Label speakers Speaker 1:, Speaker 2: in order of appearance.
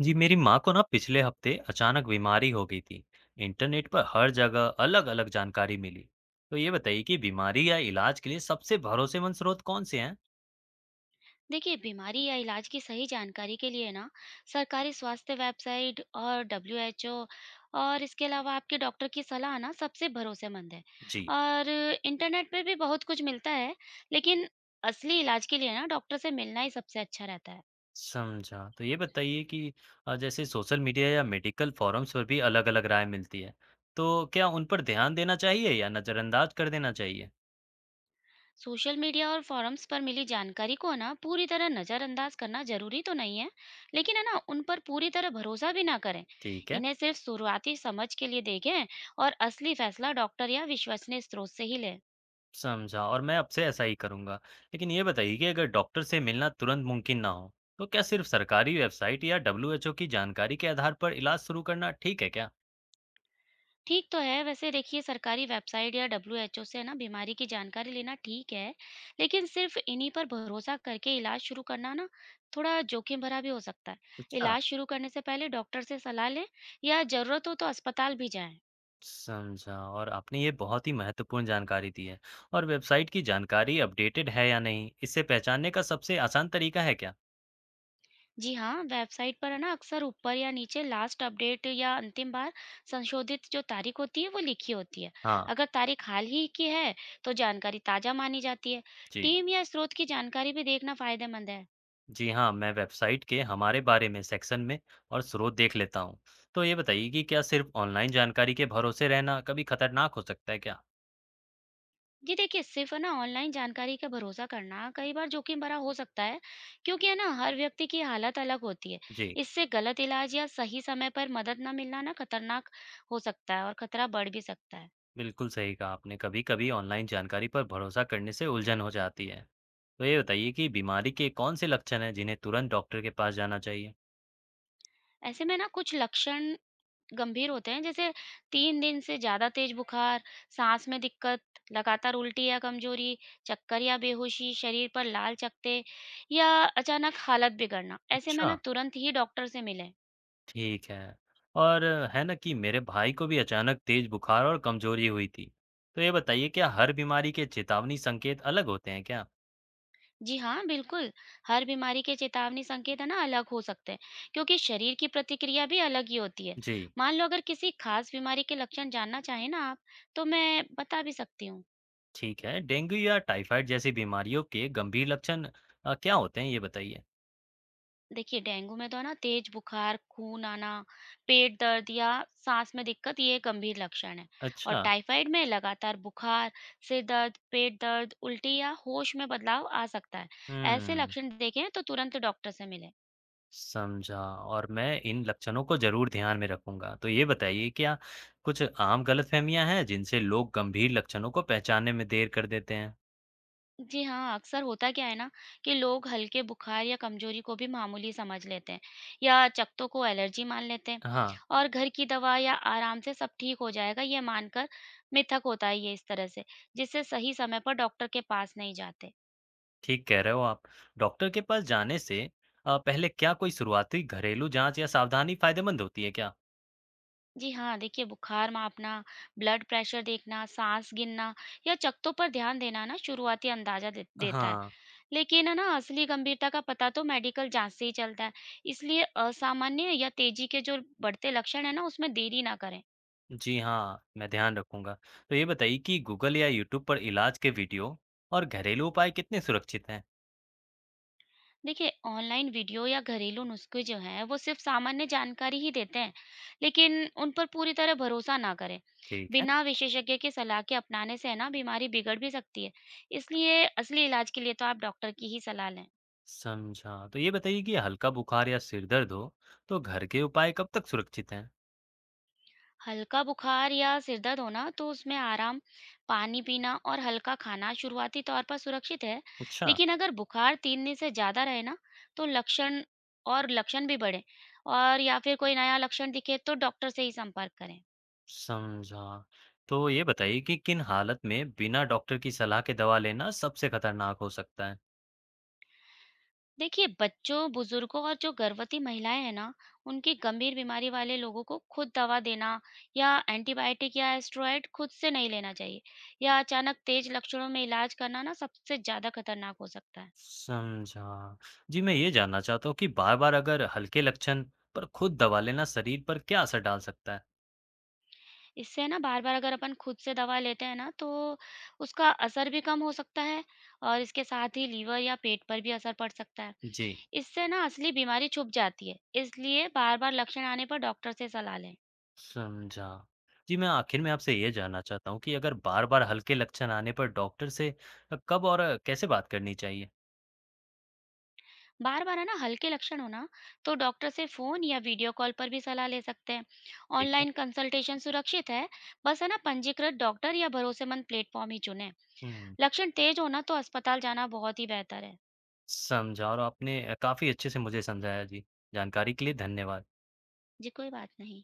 Speaker 1: जी मेरी माँ को ना पिछले हफ्ते अचानक बीमारी हो गई थी। इंटरनेट पर हर जगह अलग अलग जानकारी मिली। तो ये बताइए कि बीमारी या इलाज के लिए सबसे भरोसेमंद स्रोत कौन से हैं।
Speaker 2: देखिए, बीमारी या इलाज की सही जानकारी के लिए ना सरकारी स्वास्थ्य वेबसाइट और डब्ल्यू एच ओ, और इसके अलावा आपके डॉक्टर की सलाह ना सबसे भरोसेमंद है।
Speaker 1: जी।
Speaker 2: और इंटरनेट पे भी बहुत कुछ मिलता है, लेकिन असली इलाज के लिए ना डॉक्टर से मिलना ही सबसे अच्छा रहता है।
Speaker 1: समझा। तो ये बताइए कि जैसे सोशल मीडिया या मेडिकल फोरम्स पर भी अलग अलग राय मिलती है। तो क्या उन पर ध्यान देना चाहिए या नज़रअंदाज कर देना चाहिए।
Speaker 2: सोशल मीडिया और forums पर मिली जानकारी को ना पूरी तरह नज़रअंदाज करना जरूरी तो नहीं है, लेकिन है ना, उन पर पूरी तरह भरोसा भी ना करें।
Speaker 1: ठीक है।
Speaker 2: इन्हें सिर्फ शुरुआती समझ के लिए देखें, और असली फैसला डॉक्टर या विश्वसनीय स्रोत से ही लें।
Speaker 1: समझा और मैं अब से ऐसा ही करूंगा। लेकिन ये बताइए कि अगर डॉक्टर से मिलना तुरंत मुमकिन ना हो, तो क्या सिर्फ सरकारी वेबसाइट या डब्ल्यूएचओ की जानकारी के आधार पर इलाज शुरू करना ठीक है क्या?
Speaker 2: ठीक तो है, वैसे देखिए, सरकारी वेबसाइट या डब्ल्यूएचओ से ना बीमारी की जानकारी लेना ठीक है, लेकिन सिर्फ इन्हीं पर भरोसा करके इलाज शुरू करना ना थोड़ा जोखिम भरा भी हो सकता है।
Speaker 1: अच्छा।
Speaker 2: इलाज शुरू करने से पहले डॉक्टर से सलाह लें, या जरूरत हो तो अस्पताल भी जाएं।
Speaker 1: समझा और आपने ये बहुत ही महत्वपूर्ण जानकारी दी है। और वेबसाइट की जानकारी अपडेटेड है या नहीं, इसे पहचानने का सबसे आसान तरीका है क्या?
Speaker 2: जी हाँ, वेबसाइट पर है ना अक्सर ऊपर या नीचे लास्ट अपडेट या अंतिम बार संशोधित जो तारीख होती है, वो लिखी होती है।
Speaker 1: हाँ।
Speaker 2: अगर तारीख हाल ही की है, तो जानकारी ताजा मानी जाती है।
Speaker 1: जी।
Speaker 2: टीम या स्रोत की जानकारी भी देखना फायदेमंद है।
Speaker 1: जी हाँ, मैं वेबसाइट के हमारे बारे में सेक्शन में और स्रोत देख लेता हूँ। तो ये बताइए कि क्या सिर्फ ऑनलाइन जानकारी के भरोसे रहना कभी खतरनाक हो सकता है क्या?
Speaker 2: जी देखिए, सिर्फ़ है ना ऑनलाइन जानकारी का भरोसा करना कई बार जोखिम भरा हो सकता है, क्योंकि है ना, हर व्यक्ति की हालत अलग होती है।
Speaker 1: जी।
Speaker 2: इससे गलत इलाज या सही समय पर मदद ना मिलना ना खतरनाक हो सकता है, और खतरा बढ़ भी सकता है।
Speaker 1: बिल्कुल सही कहा आपने। कभी-कभी ऑनलाइन जानकारी पर भरोसा करने से उलझन हो जाती है। तो ये बताइए कि बीमारी के कौन से लक्षण हैं जिन्हें तुरंत डॉक्टर के पास जाना चाहिए?
Speaker 2: ऐसे में ना कुछ लक्षण गंभीर होते हैं, जैसे 3 दिन से ज़्यादा तेज़ बुखार, साँस में दिक्कत, लगातार उल्टी या कमज़ोरी, चक्कर या बेहोशी, शरीर पर लाल चकत्ते या अचानक हालत बिगड़ना। ऐसे में
Speaker 1: अच्छा,
Speaker 2: ना तुरंत ही डॉक्टर से मिलें।
Speaker 1: ठीक है। और है ना कि मेरे भाई को भी अचानक तेज बुखार और कमजोरी हुई थी। तो ये बताइए क्या हर बीमारी के चेतावनी संकेत अलग होते हैं क्या?
Speaker 2: जी हाँ, बिल्कुल। हर बीमारी के चेतावनी संकेत है ना अलग हो सकते हैं, क्योंकि शरीर की प्रतिक्रिया भी अलग ही होती है।
Speaker 1: जी,
Speaker 2: मान लो, अगर किसी खास बीमारी के लक्षण जानना चाहें ना आप, तो मैं बता भी सकती हूँ।
Speaker 1: ठीक है। डेंगू या टाइफाइड जैसी बीमारियों के गंभीर लक्षण क्या होते हैं ये बताइए?
Speaker 2: देखिए, डेंगू में तो है ना तेज बुखार, खून आना, पेट दर्द या सांस में दिक्कत, ये गंभीर लक्षण है। और
Speaker 1: अच्छा,
Speaker 2: टाइफाइड में लगातार बुखार, सिर दर्द, पेट दर्द, उल्टी या होश में बदलाव आ सकता है। ऐसे
Speaker 1: हुँ।
Speaker 2: लक्षण देखें तो तुरंत डॉक्टर से मिलें।
Speaker 1: समझा और मैं इन लक्षणों को ज़रूर ध्यान में रखूँगा। तो ये बताइए क्या कुछ आम गलतफ़हमियाँ हैं जिनसे लोग गंभीर लक्षणों को पहचानने में देर कर देते हैं?
Speaker 2: जी हाँ, अक्सर होता क्या है ना, कि लोग हल्के बुखार या कमजोरी को भी मामूली समझ लेते हैं, या चकत्तों को एलर्जी मान लेते हैं,
Speaker 1: हाँ,
Speaker 2: और घर की दवा या आराम से सब ठीक हो जाएगा ये मानकर मिथक होता है, ये इस तरह से जिससे सही समय पर डॉक्टर के पास नहीं जाते।
Speaker 1: ठीक कह रहे हो आप। डॉक्टर के पास जाने से पहले क्या कोई शुरुआती घरेलू जाँच या सावधानी फ़ायदेमंद होती है क्या?
Speaker 2: जी हाँ, देखिए, बुखार मापना, ब्लड प्रेशर देखना, सांस गिनना या चकत्तों पर ध्यान देना ना शुरुआती अंदाजा देता है।
Speaker 1: हाँ,
Speaker 2: लेकिन है ना, असली गंभीरता का पता तो मेडिकल जाँच से ही चलता है। इसलिए असामान्य या तेज़ी के जो बढ़ते लक्षण हैं ना, उसमें देरी ना करें।
Speaker 1: जी हाँ, मैं ध्यान रखूँगा। तो ये बताइए कि गूगल या यूट्यूब पर इलाज के वीडियो और घरेलू उपाय कितने सुरक्षित हैं?
Speaker 2: देखिए, ऑनलाइन वीडियो या घरेलू नुस्खे जो हैं, वो सिर्फ़ सामान्य जानकारी ही देते हैं, लेकिन उन पर पूरी तरह भरोसा ना करें।
Speaker 1: ठीक है।
Speaker 2: बिना विशेषज्ञ की सलाह के अपनाने से है ना, बीमारी बिगड़ भी सकती है। इसलिए असली इलाज के लिए तो आप डॉक्टर की ही सलाह लें।
Speaker 1: समझा। तो ये बताइए कि हल्का बुखार या सिर दर्द हो तो घर के उपाय कब तक सुरक्षित हैं?
Speaker 2: हल्का बुखार या सिर दर्द होना तो उसमें आराम, पानी पीना और हल्का खाना शुरुआती तौर पर सुरक्षित है।
Speaker 1: अच्छा।
Speaker 2: लेकिन अगर बुखार 3 दिन से ज़्यादा रहे ना, तो लक्षण और लक्षण भी बढ़े, और या फिर कोई नया लक्षण दिखे, तो डॉक्टर से ही संपर्क करें।
Speaker 1: समझा। तो ये बताइए कि किन हालत में बिना डॉक्टर की सलाह के दवा लेना सबसे खतरनाक हो सकता है?
Speaker 2: देखिए, बच्चों, बुजुर्गों और जो गर्भवती महिलाएं हैं ना, उनकी गंभीर बीमारी वाले लोगों को खुद दवा देना, या एंटीबायोटिक या स्टेरॉइड खुद से नहीं लेना चाहिए, या अचानक तेज लक्षणों में इलाज करना ना सबसे ज़्यादा खतरनाक हो सकता है।
Speaker 1: समझा। जी मैं ये जानना चाहता हूँ कि बार-बार अगर हल्के लक्षण पर खुद दवा लेना शरीर पर क्या असर डाल सकता है?
Speaker 2: इससे है ना, बार-बार अगर अपन खुद से दवा लेते हैं ना, तो उसका असर भी कम हो सकता है, और इसके साथ ही लीवर या पेट पर भी असर पड़ सकता है।
Speaker 1: जी।
Speaker 2: इससे ना असली बीमारी छुप जाती है, इसलिए बार-बार लक्षण आने पर डॉक्टर से सलाह लें।
Speaker 1: समझा। जी मैं आखिर में आपसे ये जानना चाहता हूँ कि अगर बार-बार हल्के लक्षण आने पर डॉक्टर से कब और कैसे बात करनी चाहिए?
Speaker 2: बार-बार है ना हल्के लक्षण हो ना, तो डॉक्टर से फ़ोन या वीडियो कॉल पर भी सलाह ले सकते हैं।
Speaker 1: ठीक है।
Speaker 2: ऑनलाइन कंसल्टेशन सुरक्षित है, बस है ना, पंजीकृत डॉक्टर या भरोसेमंद प्लेटफ़ॉर्म ही चुनें।
Speaker 1: हम्म।
Speaker 2: लक्षण तेज हो ना, तो अस्पताल जाना बहुत ही बेहतर है।
Speaker 1: समझा और आपने काफ़ी अच्छे से मुझे समझाया जी। जानकारी के लिए धन्यवाद।
Speaker 2: जी, कोई बात नहीं।